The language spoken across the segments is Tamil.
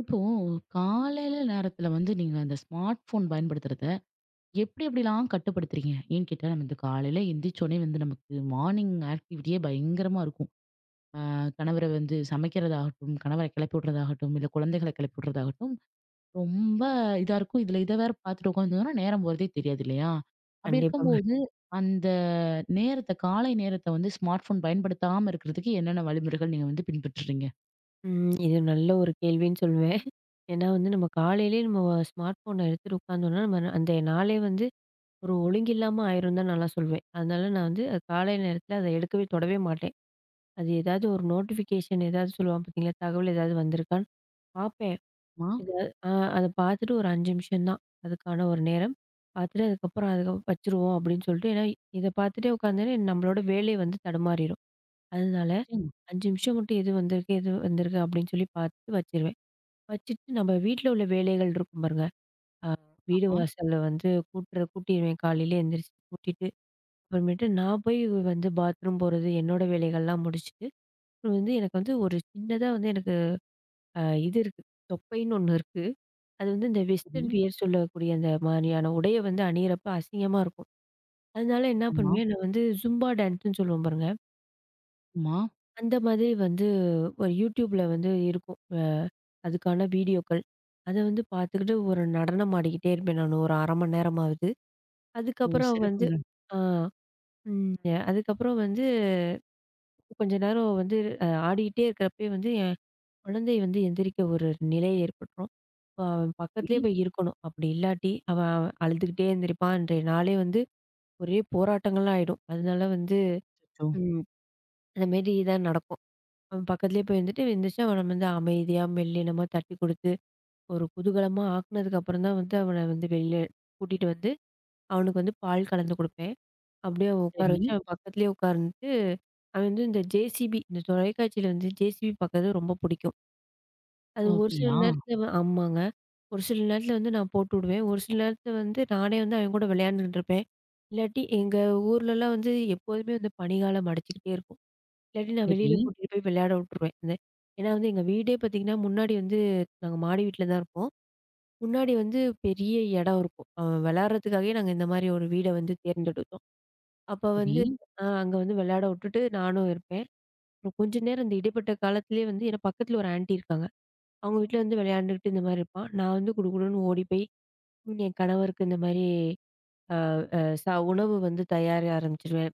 இப்போ காலையில நேரத்துல வந்து நீங்க அந்த ஸ்மார்ட் போன் பயன்படுத்துறத எப்படி எப்படிலாம் கட்டுப்படுத்துறீங்க? ஏன்னு கேட்டா நம்ம இந்த காலையில எந்திரிச்சோனே வந்து நமக்கு மார்னிங் ஆக்டிவிட்டியே பயங்கரமா இருக்கும். ஆ கணவர வந்து சமைக்கிறதாகட்டும், கணவர கிளப்பி விடுறதாகட்டும், இல்ல குழந்தைகள கிளப்பி விடுறதாகட்டும், ரொம்ப இதா இருக்கும். இதுல இத வேற பார்த்துட்டு உட்காந்துருந்தோம்னா நேரம் போறதே தெரியாது இல்லையா? அப்படி கண்டிப்பாங்க. இருக்கும்போது அந்த நேரத்த காலை நேரத்த வந்து ஸ்மார்ட் போன் பயன்படுத்தாம இருக்கிறதுக்கு என்னென்ன வழிமுறைகள் நீங்க வந்து பின்பற்றுறீங்க? ம். இது நல்ல ஒரு கேள்வின்னு சொல்லுவேன். ஏன்னா வந்து நம்ம காலையிலேயே நம்ம ஸ்மார்ட் ஃபோன எடுத்துட்டு உட்காந்தோம்னா, நம்ம அந்த நாளே வந்து ஒரு ஒழுங்கில்லாம ஆயிரும்னு தான் நான்லாம் சொல்லுவேன். அதனால நான் வந்து அது காலை நேரத்தில அத எடுக்கவே தொடவே மாட்டேன். அது ஏதாவது ஒரு நோட்டிஃபிகேஷன் ஏதாவது சொல்லுவான் பார்த்தீங்களா? தகவல் ஏதாவது வந்திருக்கான்னு பார்ப்பேன். மா ஏதாவது அத பார்த்துட்டு ஒரு 5 நிமிஷம் தான் அதுக்கான ஒரு நேரம். பார்த்துட்டு அதுக்கப்புறம் அதுக்கு வச்சுருவோம் அப்படின்னு சொல்லிட்டு ஏன்னா இத பார்த்துட்டே உட்காந்தோம்னா, நம்மளோட வேலை வந்து தடுமாறிரும். அதனால நிச்சயமா. 5 நிமிஷம் மட்டும் எது வந்திருக்கு, எது வந்திருக்கு அப்படின்னு சொல்லி பார்த்து வச்சுருவேன். வச்சுட்டு நம்ம வீட்ல உள்ள வேலைகள் இருக்கும் பாருங்க. அ வீடு ஆ வாசல்ல வந்து கூட்டுற கூட்டிருவேன் காலையில எந்திரிச்சு கூட்டிட்டு, அப்புறமேட்டு நான் போய் வந்து பாத்ரூம் போறது, என்னோட வேலைகள்லாம் முடிச்சுட்டு, அப்புறம் வந்து எனக்கு வந்து ஒரு சின்னதா வந்து எனக்கு அ இது இருக்கு. தொப்பைன்னு ஒண்ணு இருக்கு. அது வந்து இந்த சரி. வெஸ்டர்ன் வியர் சொல்லக்கூடிய அந்த மாதிரியான உடைய வந்து அணியிறப்ப அசிங்கமா இருக்கும். அதனால என்ன ஆமா. பண்ணுவேன், நான் வந்து ஜும்பா டான்ஸ்ன்னு சொல்லுவோம் பாருங்க. ஆமா. அந்த மாதிரி வந்து ஒரு YouTubeல வந்து இருக்கும். அதுக்கான வீடியோக்கள். அத வந்து பார்த்துக்கிட்டு ஒரு நடனம் ஆடிக்கிட்டே இருப்பேன் நானு. ஒரு 1/2 மணி நேரமாவது. ஓ! அதுக்கப்புறம் வந்து சிறப்புங்க. ஆ ம். அதுக்கப்புறம் வந்து கொஞ்ச நேரம் வந்து ஆடிக்கிட்டே இருக்கிறப்பயே வந்து என் குழந்தை வந்து எந்திரிக்க ஒரு நிலை ஏற்பட்டுரும். அவன் சரி. பக்கத்திலேயே போய் இருக்கணும். அப்படி இல்லாட்டி அவன் அழுதுகிட்டே எந்திரிப்பான். அன்றைய நாளே வந்து ஒரே போராட்டங்களா ஆயிடும். அதனால வந்து அச்சச்சோ! ம் அந்த மாரி தான் நடக்கும். அவன் பக்கத்துலேயே போய் இருந்துட்டு, எந்திரிச்சு அவன வந்து அமைதியா, மெல்லினமா தட்டி குடுத்து, ஒரு குதூகலமா ஆக்குனதுக்கு அப்புறம் தான் வந்து அவன வந்து வெளில கூட்டிட்டு வந்து, அவனுக்கு வந்து பால் கலந்து குடுப்பேன். அப்படியே அவன் உட்கார சரி. வச்சு, அவன் பக்கத்துலேயே உட்கார்ந்துட்டு, அவன் வந்து இந்த ஜேசிபி இந்த தொலைக்காட்சியில வந்து ஜேசிபி பாக்குறது ரொம்ப பிடிக்கும். அது ஓ! ஒரு சில அப்படியா? நேரத்துல ஆமாங்க. ஒரு சில நேரத்துல வந்து நான் போட்டுவுடுவேன். ஒரு சில நேரத்துல வந்து நானே வந்து அவன் கூட விளையாண்டுட்டு இருப்பேன். இல்லாட்டி எங்க ஊர்லலாம் வந்து எப்போதுமே வந்து பனிக்காலம் அடிச்சுக்கிட்டே இருக்கும். இல்லாட்டி நான் சரி, வெளியில கூட்டிட்டு போய் விளையாட விட்டுருவேன். இந்த ஏன்னா வந்து எங்க வீடே பார்த்தீங்கன்னா, முன்னாடி வந்து நாங்க மாடி வீட்ல தான் இருப்போம். முன்னாடி வந்து பெரிய இடம் இருக்கும். விளையாடுறதுக்காகவே நாங்க இந்த மாரி ஒரு வீட வந்து தேர்ந்தெடுத்தோம். அப்ப சரி. வந்து அங்க வந்து விளையாட விட்டுட்டு நானும் இருப்பேன். அப்புறம் கொஞ்ச நேரம் இந்த இடைப்பட்ட காலத்திலேயே வந்து ஏன்னா பக்கத்துல ஒரு ஆன்டி இருக்காங்க. அவங்க வீட்ல வந்து விளையாண்டுகிட்டு இந்த மாரி இருப்பான். நான் வந்து குடுகுடுன்னு ஓடி போய் ம், என் கணவருக்கு இந்த மாரி அ அ ச உணவு வந்து தயார் ஆரம்பிச்சுருவேன்.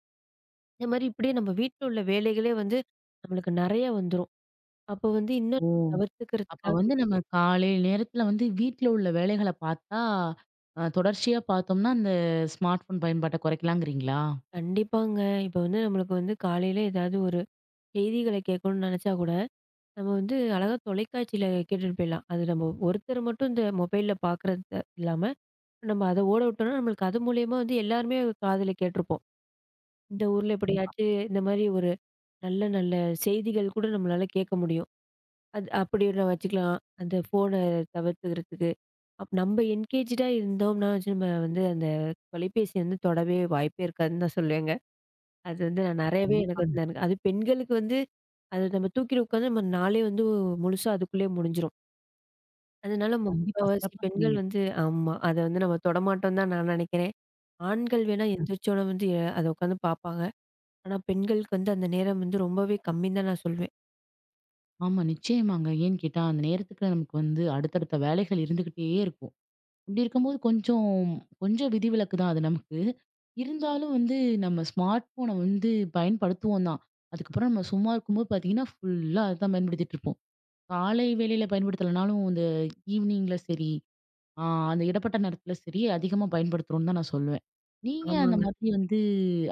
இந்த மாரி இப்படியே நம்ம வீட்ல உள்ள வேலைகளே வந்து நம்மளுக்கு நெறைய வந்துரும். அப்போ வந்து இன்னும் ஓ! அப்ப தவிர்த்துக்கிறதுக்காக வந்து நம்ம காலை நேரத்துல வந்து வீட்ல உள்ள வேலைகள பார்த்தா, அ தொடர்ச்சியா பார்த்தோம்னா, அந்த ஸ்மார்ட் ஃபோன் பயன்பாட்ட குறைக்கலாங்கிறீங்களா? கண்டிப்பாங்க. இப்போ வந்து நம்மளுக்கு வந்து காலையில ஏதாவது ஒரு செய்திகள கேட்கணும்னு நெனச்சா கூட, நம்ம வந்து அழகா தொலைக்காட்சியில கேட்டுட்டு போயிடலாம். அது நம்ம ஒருத்தர் மட்டும் இந்த மொபைல்ல பார்க்குறது இல்லாம, நம்ம அத ஓட விட்டோம்னா நம்மளுக்கு அது மூலியமா வந்து எல்லாருமே காதுல கேட்டுருப்போம். இந்த ஊர்ல எப்படியாச்சு இந்த மாரி ஒரு நல்ல நல்ல செய்திகள் கூட நம்மளால கேட்க முடியும். அது அப்படி நான் வச்சுக்கலாம். அந்த ஃபோன தவிர்த்துக்கிறதுக்கு. நம்ம என்கேஜ்டா இருந்தோம்னா வச்சு நம்ம வந்து அந்த தொலைபேசிய வந்து தொடவே வாய்ப்பே இருக்காதுன்னு தான் சொல்லுவேங்க. அது வந்து நான் நெறையவே எனக்கு கண்டிப்பாங்க. வந்து எனக்கு அது பெண்களுக்கு வந்து அது நம்ம தூக்கிட்டு உட்காந்து நம்ம நாளே வந்து முழுசா அதுக்குள்ளேயே முடிஞ்சிரும். அதனால நம்ம கண்டிப்பா. முக்காவாசி சிறப்பா பெண்கள் சொன்னீங்க. வந்து ஆமா. அத வந்து நம்ம தொடமாட்டோம் தான் நான் நெனைக்கிறேன். ஆண்கள் வேணா எந்திரிச்சோன வந்து அத உட்காந்து பார்ப்பாங்க. ஆனா பெண்களுக்கு வந்து அந்த நேரம் வந்து ரொம்பவே கம்மின்னு தான் நான் சொல்வேன். ஆமா, நிச்சயமாங்க. ஏன்னு கேட்டா, அந்த நேரத்துக்கு நமக்கு வந்து அடுத்தடுத்த வேலைகள் இருந்துகிட்டே இருக்கும். அப்படி இருக்கும்போது கொஞ்சம் கொஞ்சம் விதிவிலக்கு தான் அது நமக்கு. இருந்தாலும் வந்து நம்ம ஸ்மார்ட் ஃபோன வந்து பயன்படுத்துவோம் தான். அதுக்கப்புறம் நம்ம சும்மா இருக்கும்போது பார்த்தீங்கன்னா, ஃபுல்லா அதுதான் பயன்படுத்திட்டு இருப்போம். காலை வேளையில பயன்படுத்தலனாலும் இந்த ஈவினிங்ல சரி, ஆ அந்த இடைப்பட்ட நேரத்தில சரி, அதிகமா பயன்படுத்துறோம்னு தான் நான் சொல்லுவேன். நீங்க அந்த ஆமாங்க. மாதிரி வந்து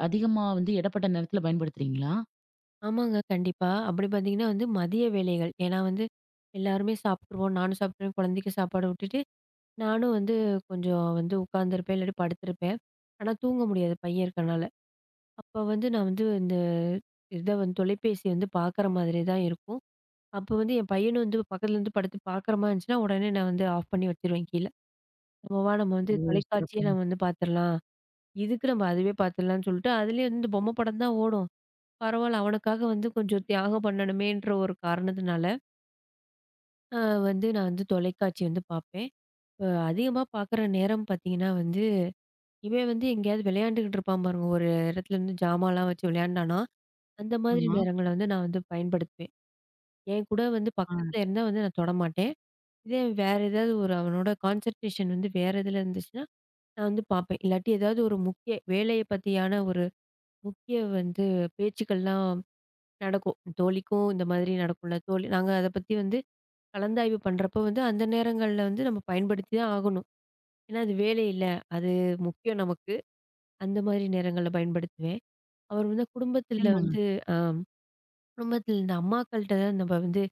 அதிகமா வந்து இடைப்பட்ட நேரத்தில பயன்படுத்துறீங்களா? ஆமாங்க. கண்டிப்பா. அப்படி பார்த்தீங்கன்னா வந்து மதிய வேளைகள். ஏன்னா வந்து எல்லாருமே சாப்ட்டுருவோம். நானும் சாப்ட்டுருவேன். குழந்தைக்கு சாப்பாடு விட்டுட்டு, நானும் வந்து கொஞ்சம் வந்து உட்காந்துருப்பேன். இல்லாட்டி படுத்திருப்பேன். ஆனா தூங்க முடியாது பையன் இருக்கனால. அப்ப வந்து நான் வந்து இந்த இத வந்து தொலைபேசி வந்து பார்க்குற மாதிரி தான் இருக்கும். அப்போ வந்து என் பையனும் வந்து பக்கத்துல இருந்து படுத்து பார்க்குற மாரி இருந்துச்சுன்னா, உடனே நான் வந்து ஆஃப் பண்ணி வச்சுருவேன் கீழ. நம்ம நம்ம வந்து ஓ! தொலைக்காட்சியே சிறப்புங்க. நம்ம வந்து பார்த்துரலாம். இதுக்கு நம்ம அதுவே பார்த்துரலாம்னு சொல்லிட்டு, அதுலயே வந்து இந்த பொம்மை படம் தான் ஓடும். பரவால்ல அவனுக்காக வந்து கொஞ்சம் தியாகம் பண்ணணுமேன்ற ஒரு காரணத்தினால, அ வந்து நான் வந்து தொலைக்காட்சி வந்து பார்ப்பேன். அதிகமா பார்க்குற நேரம் பார்த்தீங்கன்னா வந்து, இவன் வந்து எங்கேயாவது விளையாண்டுகிட்டு இருப்பான் பாருங்க. ஒரு இடத்துல வந்து ஜாமான்லாம் வச்சு விளையாண்டானா, அந்த மாதிரி ஆமா. நேரங்கள்ல வந்து நான் வந்து பயன்படுத்துவேன். என் கூட வந்து ஆ பக்கத்துல இருந்தா வந்து நான் தொடமாட்டேன். இதே வேற ஏதாவது ஒரு அவனோட கான்சன்ட்ரேஷன் வந்து வேற இதுல இருந்துச்சுன்னா, நான் வந்து பார்ப்பேன். இல்லாட்டி ஏதாவது ஒரு முக்கிய வேலைய பத்தியான ஒரு முக்கிய வந்து பேச்சுக்கள்லாம் நடக்கும். தோழிக்கும் இந்த மாதிரி நடக்கும்ல. தோழி நாங்க அத பத்தி வந்து கலந்தாய்வு பண்றப்போ வந்து அந்த நேரங்கள்ல வந்து நம்ம பயன்படுத்தி தான் ஆகணும். ஏன்னா அது வேலை இல்ல. அது முக்கியம் நமக்கு. அந்த மாதிரி நேரங்கள்ல பயன்படுத்துவேன். அவர் வந்து குடும்பத்துல நிச்சயமாங்க. வந்து அ குடும்பத்துல இந்த அம்மாக்கள்ட்ட தான் நம்ம வந்து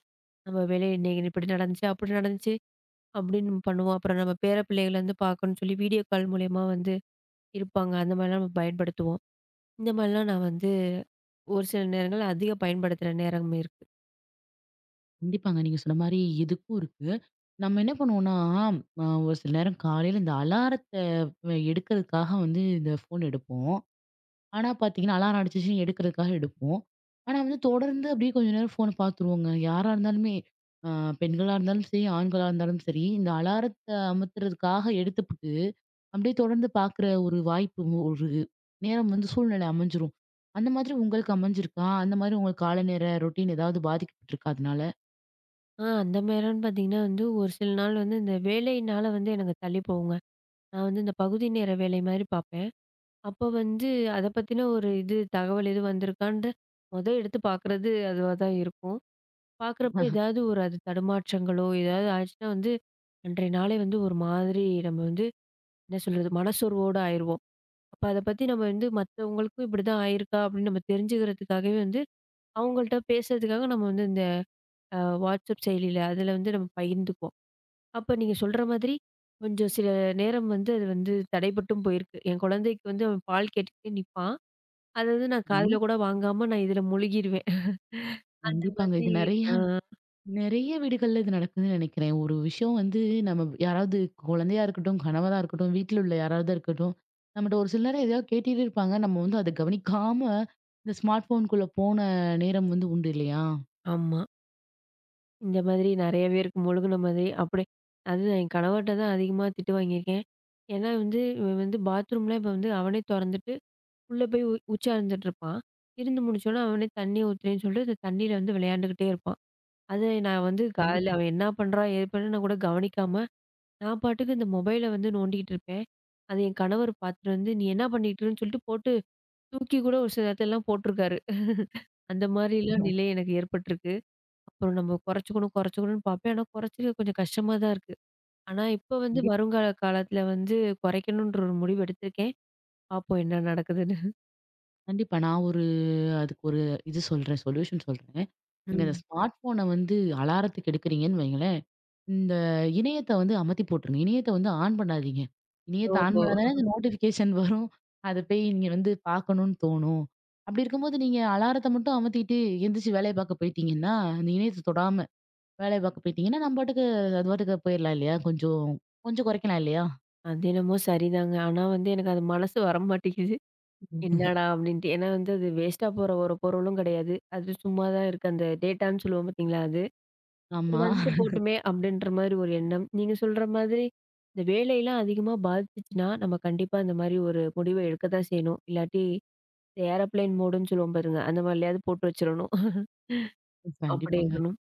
நம்ம வேலைய இன்னைக்கு இப்படி நடந்துச்சு, அப்படி நடந்துச்சு அப்படின்னு நம்ம பண்ணுவோம். அப்புறம் நம்ம பேர பிள்ளைகள வந்து பார்க்கணும்னு சொல்லி வீடியோ கால் மூலியமா வந்து இருப்பாங்க. அந்த மாதிரிலாம் நம்ம பயன்படுத்துவோம். இந்த மாதிரிலாம் நான் வந்து ஒரு சில நேரங்கள்ல அதிகம் பயன்படுத்துற நேரம் இருக்கு. கண்டிப்பாங்க. நீங்க சொன்ன மாரி இதுக்கும் இருக்கு. நம்ம என்ன பண்ணுவோம்னா, அ ஒரு சில நேரம் காலையில இந்த அலாரத்த வ எடுக்கிறதுக்காக வந்து இந்த ஃபோன் எடுப்போம். ஆனா பார்த்தீங்கன்னா, அலாரம் அடிச்சுச்சுன்னு எடுக்கிறதுக்காக எடுப்போம். ஆனா வந்து தொடர்ந்து அப்படியே கொஞ்ச நேரம் ஃபோன பார்த்துருவோங்க. யாரா இருந்தாலுமே, அ பெண்களா இருந்தாலும் சரி, ஆண்களா இருந்தாலும் சரி, இந்த அலாரத்த அமர்த்துறதுக்காக எடுத்துப்புட்டு, அப்படியே தொடர்ந்து பார்க்குற ஒரு வாய்ப்பு ஒரு நேரம் வந்து சூழ்நிலை அமைஞ்சிரும். அந்த மாதிரி உங்களுக்கு அமைஞ்சிருக்கா? அந்த மாதிரி உங்க காலை நேர ரொட்டீன் ஏதாவது பாதிக்கப்பட்டுருக்கா அதனால? அந்த நேரம்னு பார்த்தீங்கன்னா வந்து ஒரு சில நாள் வந்து இந்த வேலையினால வந்து எனக்கு தள்ளி போகுங்க. நான் வந்து இந்த பகுதி நேர வேலை மாதிரி பார்ப்பேன். அப்போ வந்து அத பத்தின ஒரு இது தகவல் எதுவும் வந்திருக்கான்ட்டு மொத எடுத்து பார்க்குறது அதுவா தான் இருக்கும். பார்க்குறப்ப ஏதாவது ஒரு அது தடுமாற்றங்களோ, ஏதாவது ஆச்சுன்னா வந்து, அன்றைய நாளே வந்து ஒரு மாதிரி நம்ம வந்து என்ன சொல்றது? மனசோர்வோட ஆயிருவோம். அப்ப அத பத்தி நம்ம வந்து மத்தவங்களுக்கும் இப்படிதான் ஆயிருக்கா? அப்படின்னு நம்ம தெரிஞ்சுக்கிறதுக்காகவே வந்து, அவங்கள்ட்ட பேசுறதுக்காக நம்ம வந்து இந்த வாட்ஸ்அப் செயலியில அதில வந்து நம்ம பகிர்ந்துக்குவோம். அப்ப நீங்க சொல்ற மாதிரி, கொஞ்சம் சில நேரம் வந்து அது வந்து தடைப்பட்டும் போயிருக்கு. என் குழந்தைக்கு வந்து அவன் பால் கேட்டுக்கிட்டே நிப்பான். அத வந்து நான் சரி. காதுல கூட வாங்காம நான் இதில முழுகிருவேன். அந்த கண்டிப்பாங்க. மாதிரி இது நெறைய ஆ நெறைய வீடுகள்ல இது நடக்குதுன்னு நெனைக்கிறேன். ஒரு விஷயம் வந்து நம்ம யாராவது குழந்தையா இருக்கட்டும், கணவரா இருக்கட்டும், வீட்ல உள்ள யாராவதா இருக்கட்டும், நம்மட்ட ஒரு சில நேரம் எதையாவது கேட்டுட்டே இருப்பாங்க. நம்ம வந்து அத கவனிக்காம இந்த ஸ்மார்ட் ஃபோனுக்குள்ள போன நேரம் வந்து உண்டு இல்லையா? ஆமா. இந்த மாதிரி நெறையவே இருக்கு. முழுகுன மாதிரி அப்படி அதுதான் என் கணவர்ட்ட தான் அதிகமா திட்டு வாங்கியிருக்கேன். ஏன்னா வந்து இவன் வந்து பாத்ரூம்லாம் இப்ப வந்து அவனே தொறந்துட்டு, உள்ள போய் உச்சார்ந்துட்டு இருப்பான். இருந்து முடிச்சோனே அவனே தண்ணி ஊத்துறேன்னு சொல்லிட்டு, அந்த தண்ணீல வந்து விளையாண்டுக்கிட்டே இருப்பான். அது நான் வந்து கண்டிப் காலையில அவன் என்ன பண்றான், ஏது பண்றான்னு நான் கூட கவனிக்காம, நான் பாட்டுக்கு இந்த மொபைல வந்து நோண்டிக்கிட்டு இருப்பேன். அது என் கணவர் பாத்துட்டு வந்து, "நீ என்ன பண்ணிட்டு இருக்கன்னு" சொல்லிட்டு போட்டு, தூக்கி கூட ஒரு சில இடத்துலலாம் போட்டுருக்காரு. அந்த மாரிலாம் நிலை எனக்கு ஏற்பட்டுருக்கு. அப்புறம் நம்ம குறைச்சுக்கணும், குறைச்சுக்கணும்னு பார்ப்பேன். ஆனா குறைச்சிக்க கொஞ்சம் கஷ்டமா தான் இருக்கு. ஆனா இப்ப வந்து ம். கண்டிப் வருங்கால காலத்துல வந்து குறைக்கணுன்ற ஒரு முடிவு எடுத்திருக்கேன். பார்ப்போம் என்ன நடக்குதுன்னு. கண்டிப்பா. நான் ஒரு அதுக்கு ஒரு இது சொல்றேன். சொல்யூஷன் சொல்றேன். நீங்க அந்த ம். ஸ்மார்ட் ஃபோன வந்து அலாரத்துக்கு எடுக்குறீங்கன்னு வைங்களேன் இந்த இணையத்த வந்து அமத்தி போட்டுருங்க. இணையத்த வந்து ஆன் பண்ணாதீங்க. இணையத்த ஆன் ஓஹோ! பண்ணா தானே இந்த நோட்டிஃபிகேஷன் வரும். அத போய் நீங்க வந்து பார்க்கணும்னு தோணும். அப்படி இருக்கும்போது நீங்க அலாரத்த மட்டும் அமத்திட்டு எந்திரிச்சு வேலைய பார்க்க போயிட்டீங்கன்னா, அந்த இணையத்த தொடாம வேலைய பார்க்க போயிட்டீங்கன்னா, நம்ம பாட்டுக்கு அது பாட்டுக்கு போயிரலாம் இல்லையா? கொஞ்சம் கொஞ்சம் குறைக்கலாம் இல்லையா? அது என்னமோ சரிதாங்க. ஆனா வந்து எனக்கு அது மனசு வரமாட்டேங்குது. என்னடா அப்படின்ட்டு. ஏன்னா வந்து அது வேஸ்ட்டா போற ஒரு பொருளும் கிடையாது. அது சும்மா தான் இருக்கு. அந்த டேட்டான்னு சொல்லுவோம் பார்த்தீங்களா அது. சரி ஆமா. வந்துட்டு போட்டுமே அப்படின்ற மாதிரி ஒரு எண்ணம். நீங்க சொல்ற மாதிரி இந்த வேலையெல்லாம் அதிகமா பாதிச்சுச்சுன்னா, நம்ம கண்டிப்பா இந்த மாதிரி ஒரு முடிவ எடுக்க தான் செய்யணும். இல்லாட்டி ஏரோப்ளேன் மோடுன்னு சொல்லுவோம் பாருங்க. அந்த மாரிலயாவது போட்டு வச்சிரணும். அப்படி கண்டிப்பாங்க. இருக்கணும்.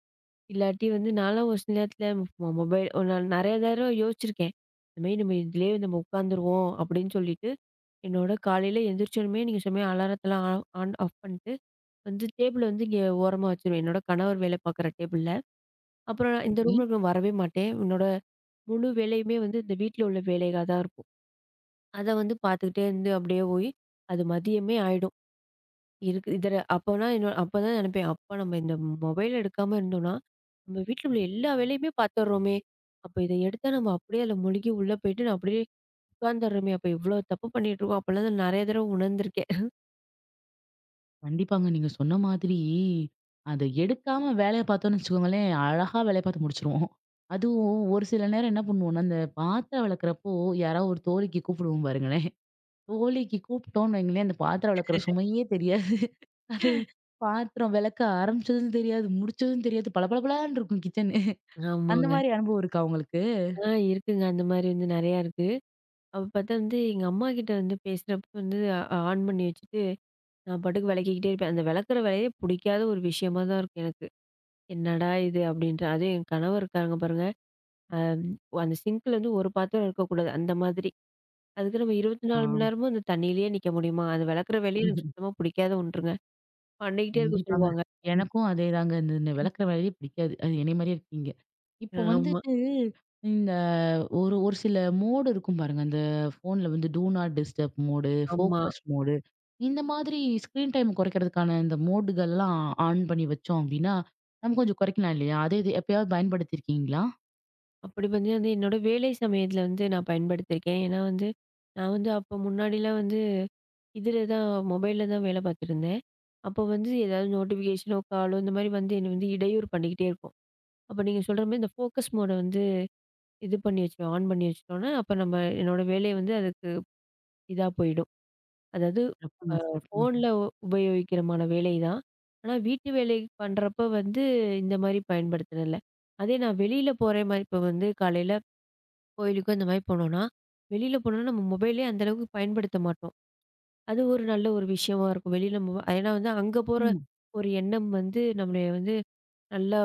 இல்லாட்டி வந்து நான்லாம் ஒரு சில நேரத்துல மொபைல் நான் நெறைய தடவ யோசிச்சிருக்கேன். இந்த மாரி நம்ம இதுலயே நம்ம உட்காந்துருவோம் அப்படின்னு சொல்லிட்டு, என்னோட காலையில எந்திரிச்சோனமே நீங்க சொன்ன மாரி அலாரத்தலாம் ஆன் ஆன் ஆஃப் பண்ணிட்டு, வந்து டேபிள் வந்து இங்க ஓரமா வச்சுருவேன். என்னோட கணவர் வேலை பார்க்குற டேபிள்ல. அப்புறம் நான் இந்த ரூம்ல நான் வரவே மாட்டேன். என்னோட முழு வேலையுமே வந்து இந்த வீட்ல உள்ள வேலையா தான் இருக்கும். அத வந்து பார்த்துக்கிட்டே இருந்து அப்படியே போய், அது மதியமே ஆயிடும். இருக்கு. இதுல அப்போனா என்ன அப்பதான் நெனைப்பேன், அப்பா நம்ம இந்த மொபைல் எடுக்காம இருந்தோம்னா, நம்ம வீட்ல உள்ள எல்லா வேலையுமே பாத்துர்றோமே! அப்ப இத எடுத்தா நம்ம அப்படியே அதில முழுகி உள்ள போயிட்டு, நான் அப்படியே உட்காந்துர்றோமே! அப்ப இவ்ளோ தப்பு பண்ணிட்டுருக்கோம். அப்பலாம் நான் நெறைய தடவ உணர்ந்திருக்கேன். கண்டிப்பாங்க. நீங்க சொன்ன மாதிரி, அத எடுக்காம வேலைய பார்த்தோம்னு வச்சுக்கோங்களேன், அழகா வேலைய பார்த்து முடிச்சுருவோம். அதுவும் ஒரு சில நேரம் என்ன பண்ணுவோம்னா, அந்த பாத்திரம் விளக்குறப்போ யாராவது ஒரு தோழிக்கு கூப்பிடுவோம் பாருங்களேன். தோழிக்கு கூப்பிட்டோம்னு வைங்களேன், அந்த பாத்திரம் விளக்குற சுமையே தெரியாது. அது பாத்திரம் விளக்க ஆரம்பிச்சதும் தெரியாது, முடிச்சதும் தெரியாது. பளபளபளன்னு இருக்கும் கிச்சனு. அந்த ஆமாங்க. மாரி அனுபவம் இருக்கா உங்களுக்கு? ஆ இருக்குங்க. அந்த மாரி வந்து நெறையா இருக்கு. அப்ப பாத்தா வந்து எங்க அம்மா கிட்ட வந்து பேசுறப்ப வந்து ஆன் பண்ணி வச்சுட்டு, நான் பாட்டுக்கு வெளக்கிக்கிட்டே இருப்பேன். அந்த வெளக்குற வேலையே புடிக்காத ஒரு விஷயமா தான் இருக்கும் எனக்கு. என்னடா இது! அப்படின்ற அதுவும் என் கணவர் இருக்காங்க பாருங்க. அம் அந்த சிங்க்ல வந்து ஒரு பாத்திரம் இருக்கக்கூடாது, அந்த மாதிரி. அதுக்கு நம்ம 24 மணி நேரமும் அந்த தண்ணீலயே நிக்க முடியுமா? அது வெளக்குற வேலையே எனக்கு ஆ. சுத்தமா பிடிக்காத ஒன்றுங்க. பண்ணிக்கிட்டே இருக்க கண்டிப்பாங்க. சொல்லுவாங்க. ம். எனக்கும் அதேதாங்க. இந்த இந்த விளக்குற வேலையே பிடிக்காது. அது என்னைய மாரியே இருக்கீங்க. இப்போ ஆமா, வந்துட்டு இந்த ஒரு ஒரு சில மோடு இருக்கும் பாருங்க. அந்த ஃபோன்ல வந்து டூ நாட் டிஸ்டர்ப் மோடு, ஆமா. ஃபோக்கஸ் மோடு இந்த மாதிரி ஸ்க்ரீன் டைம் குறைக்கிறதுக்கான இந்த மோடுகள்லாம் ஆன் பண்ணி வச்சோம் அப்படின்னா, நம்ம கொஞ்சம் குறைக்கலாம் இல்லையா? அது இது எப்பயாவது பயன்படுத்தியிருக்கீங்களா? அப்படி வந்து வந்து என்னோட வேலை சமயத்துல வந்து நான் பயன்படுத்தியிருக்கேன். ஏன்னா வந்து, நான் வந்து அப்போ முன்னாடிலாம் வந்து இதுல தான் மொபைல்ல தான் வேலை பார்த்துருந்தேன். அப்போ வந்து ஏதாவது நோட்டிஃபிகேஷனோ, காலோ இந்த மாரி வந்து என்ன வந்து இடையூறு பண்ணிக்கிட்டே இருக்கும். அப்ப நீங்க சொல்ற மாரி இந்த ஃபோக்கஸ் மோட வந்து இது பண்ணி வச்சுருவேன், ஆன் பண்ணி வச்சுட்டோம்னா, அப்ப நம்ம என்னோட வேலைய வந்து அதுக்கு இதா போயிடும். அதாவது சிறப்புங்க, சிறப்புங்க. ஃபோன்ல உபயோகிக்கிறமான வேலை தான். ஆனா வீட்டு வேலை பண்றப்ப வந்து இந்த மாரி பயன்படுத்துனதில்ல. அதே நான் வெளியில போறே மாரி இப்போ வந்து காலையில கோயிலுக்கு இந்த மாரி போனோம்னா, வெளியில போனோம்னா நம்ம மொபைலே அந்த அளவுக்கு பயன்படுத்த மாட்டோம். அது ஒரு நல்ல ஒரு விஷயமா இருக்கும். வெளியில ஏன்னா வந்து அங்க போற ம். ஒரு எண்ணம் வந்து நம்மளய வந்து நல்லா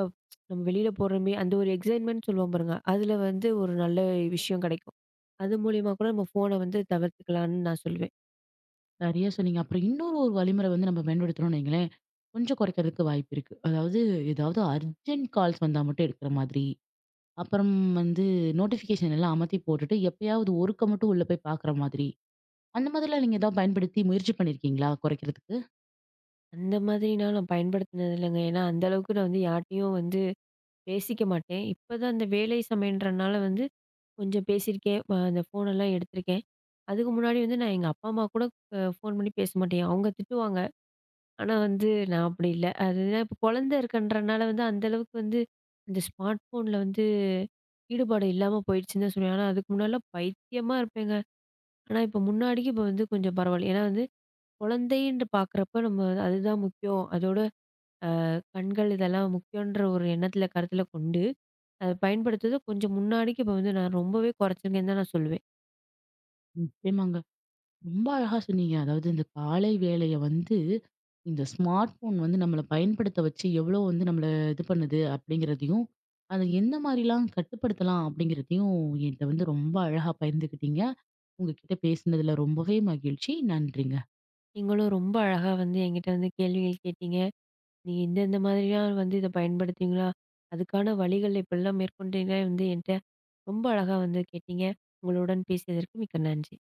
நம்ம வெளியில போறோமே அந்த ஒரு எக்ஸைட்மென்ட் சொல்லுவோம் பாருங்க. அதுல வந்து ஒரு நல்ல விஷயம் கெடைக்கும். அது மூலியமா கூட நம்ம ஃபோன வந்து தவிர்த்துக்கலாம்னு நான் சொல்லுவேன். சரியா சொன்னீங்க. அப்புறம் இன்னொரு ஒரு வழிமுறை வந்து நம்ம பயன்படுத்துறோம்னு வைங்களேன், கொஞ்சம் குறைக்கிறதுக்கு வாய்ப்பு இருக்கு. அதாவது ஏதாவது அர்ஜென்ட் கால்ஸ் வந்தா மட்டும் எடுக்கிற மாதிரி. அப்புறம் வந்து நோட்டிஃபிகேஷன் எல்லாம் அமத்தி போட்டுட்டு, எப்பயாவது ஒருக்க மட்டும் உள்ள போய் பார்க்குற மாதிரி. அந்த மாதிரிலாம் நீங்க ஏதாவது பயன்படுத்தி முயற்சி பண்ணியிருக்கீங்களா குறைக்கிறதுக்கு? அந்த மாதிரினா நான் நான் பயன்படுத்தினது இல்லங்க. ஏன்னா, அந்த அளவுக்கு நான் வந்து யார்ட்டயும் வந்து பேசிக்க மாட்டேன். இப்பதான் அந்த வேலை சமயம்ன்றனால வந்து கொஞ்சம் பேசியிருக்கேன். அந்த ஃபோனெல்லாம் எடுத்திருக்கேன். அதுக்கு முன்னாடி வந்து நான் எங்க அப்பா, அம்மா கூட ஃபோன் பண்ணி பேச மாட்டேன். அவங்க திட்டுவாங்க. ஆனா வந்து நான் அப்படி இல்ல. அதுனா இப்ப குழந்தை இருக்கன்றனால வந்து அந்த அளவுக்கு வந்து இந்த ஸ்மார்ட் ஃபோன்ல வந்து ஈடுபாடு இல்லாம போயிடுச்சுன்னு தான் சொல்லுவேன். ஆனா அதுக்கு முன்னாடிலாம் பைத்தியமா இருப்பேங்க. ஆனா இப்ப முன்னாடிக்கு இப்ப வந்து கொஞ்சம் பரவாயில்ல. ஏன்னா வந்து குழந்தைன்னு பார்க்குறப்ப நம்ம அதுதான் முக்கியம். அதோட கண்கள் இதெல்லாம் முக்கியன்ற ஒரு எண்ணத்தில கருத்தில கொண்டு, அத பயன்படுத்துறது கொஞ்சம் முன்னாடிக்கு இப்ப வந்து நான் ரொம்பவே குறைச்சிருக்கேன்னு தான் நான் சொல்லுவேன். நிச்சயமாங்க. ரொம்ப அழகா சொன்னீங்க. அதாவது இந்த காலை வேளைய வந்து, இந்த ஸ்மார்ட் ஃபோன் வந்து நம்மள பயன்படுத்த வச்சு எவ்வளோ வந்து நம்மள இது பண்ணுது அப்படிங்கிறதையும், அத எந்த மாரிலாம் கட்டுப்படுத்தலாம் அப்படிங்கிறதையும் என்ட்ட வந்து ரொம்ப அழகா பகிர்ந்துக்கிட்டீங்க. உங்ககிட்ட பேசினதுல ரொம்பவே மகிழ்ச்சி. நன்றி. நீங்களும் ரொம்ப அழகா வந்து என்கிட்ட வந்து கேள்விகள் கேட்டீங்க. நீங்க இந்த இந்த மாதிரியா வந்து இத பயன்படுத்துவீங்களா? அதுக்கான வழிகள் இப்படிலாம் மேற்கொண்டீங்க வந்து என்ட்ட ரொம்ப அழகா வந்து கேட்டீங்க. உங்களுடன் பேசியதற்கு மிக்க நன்றி.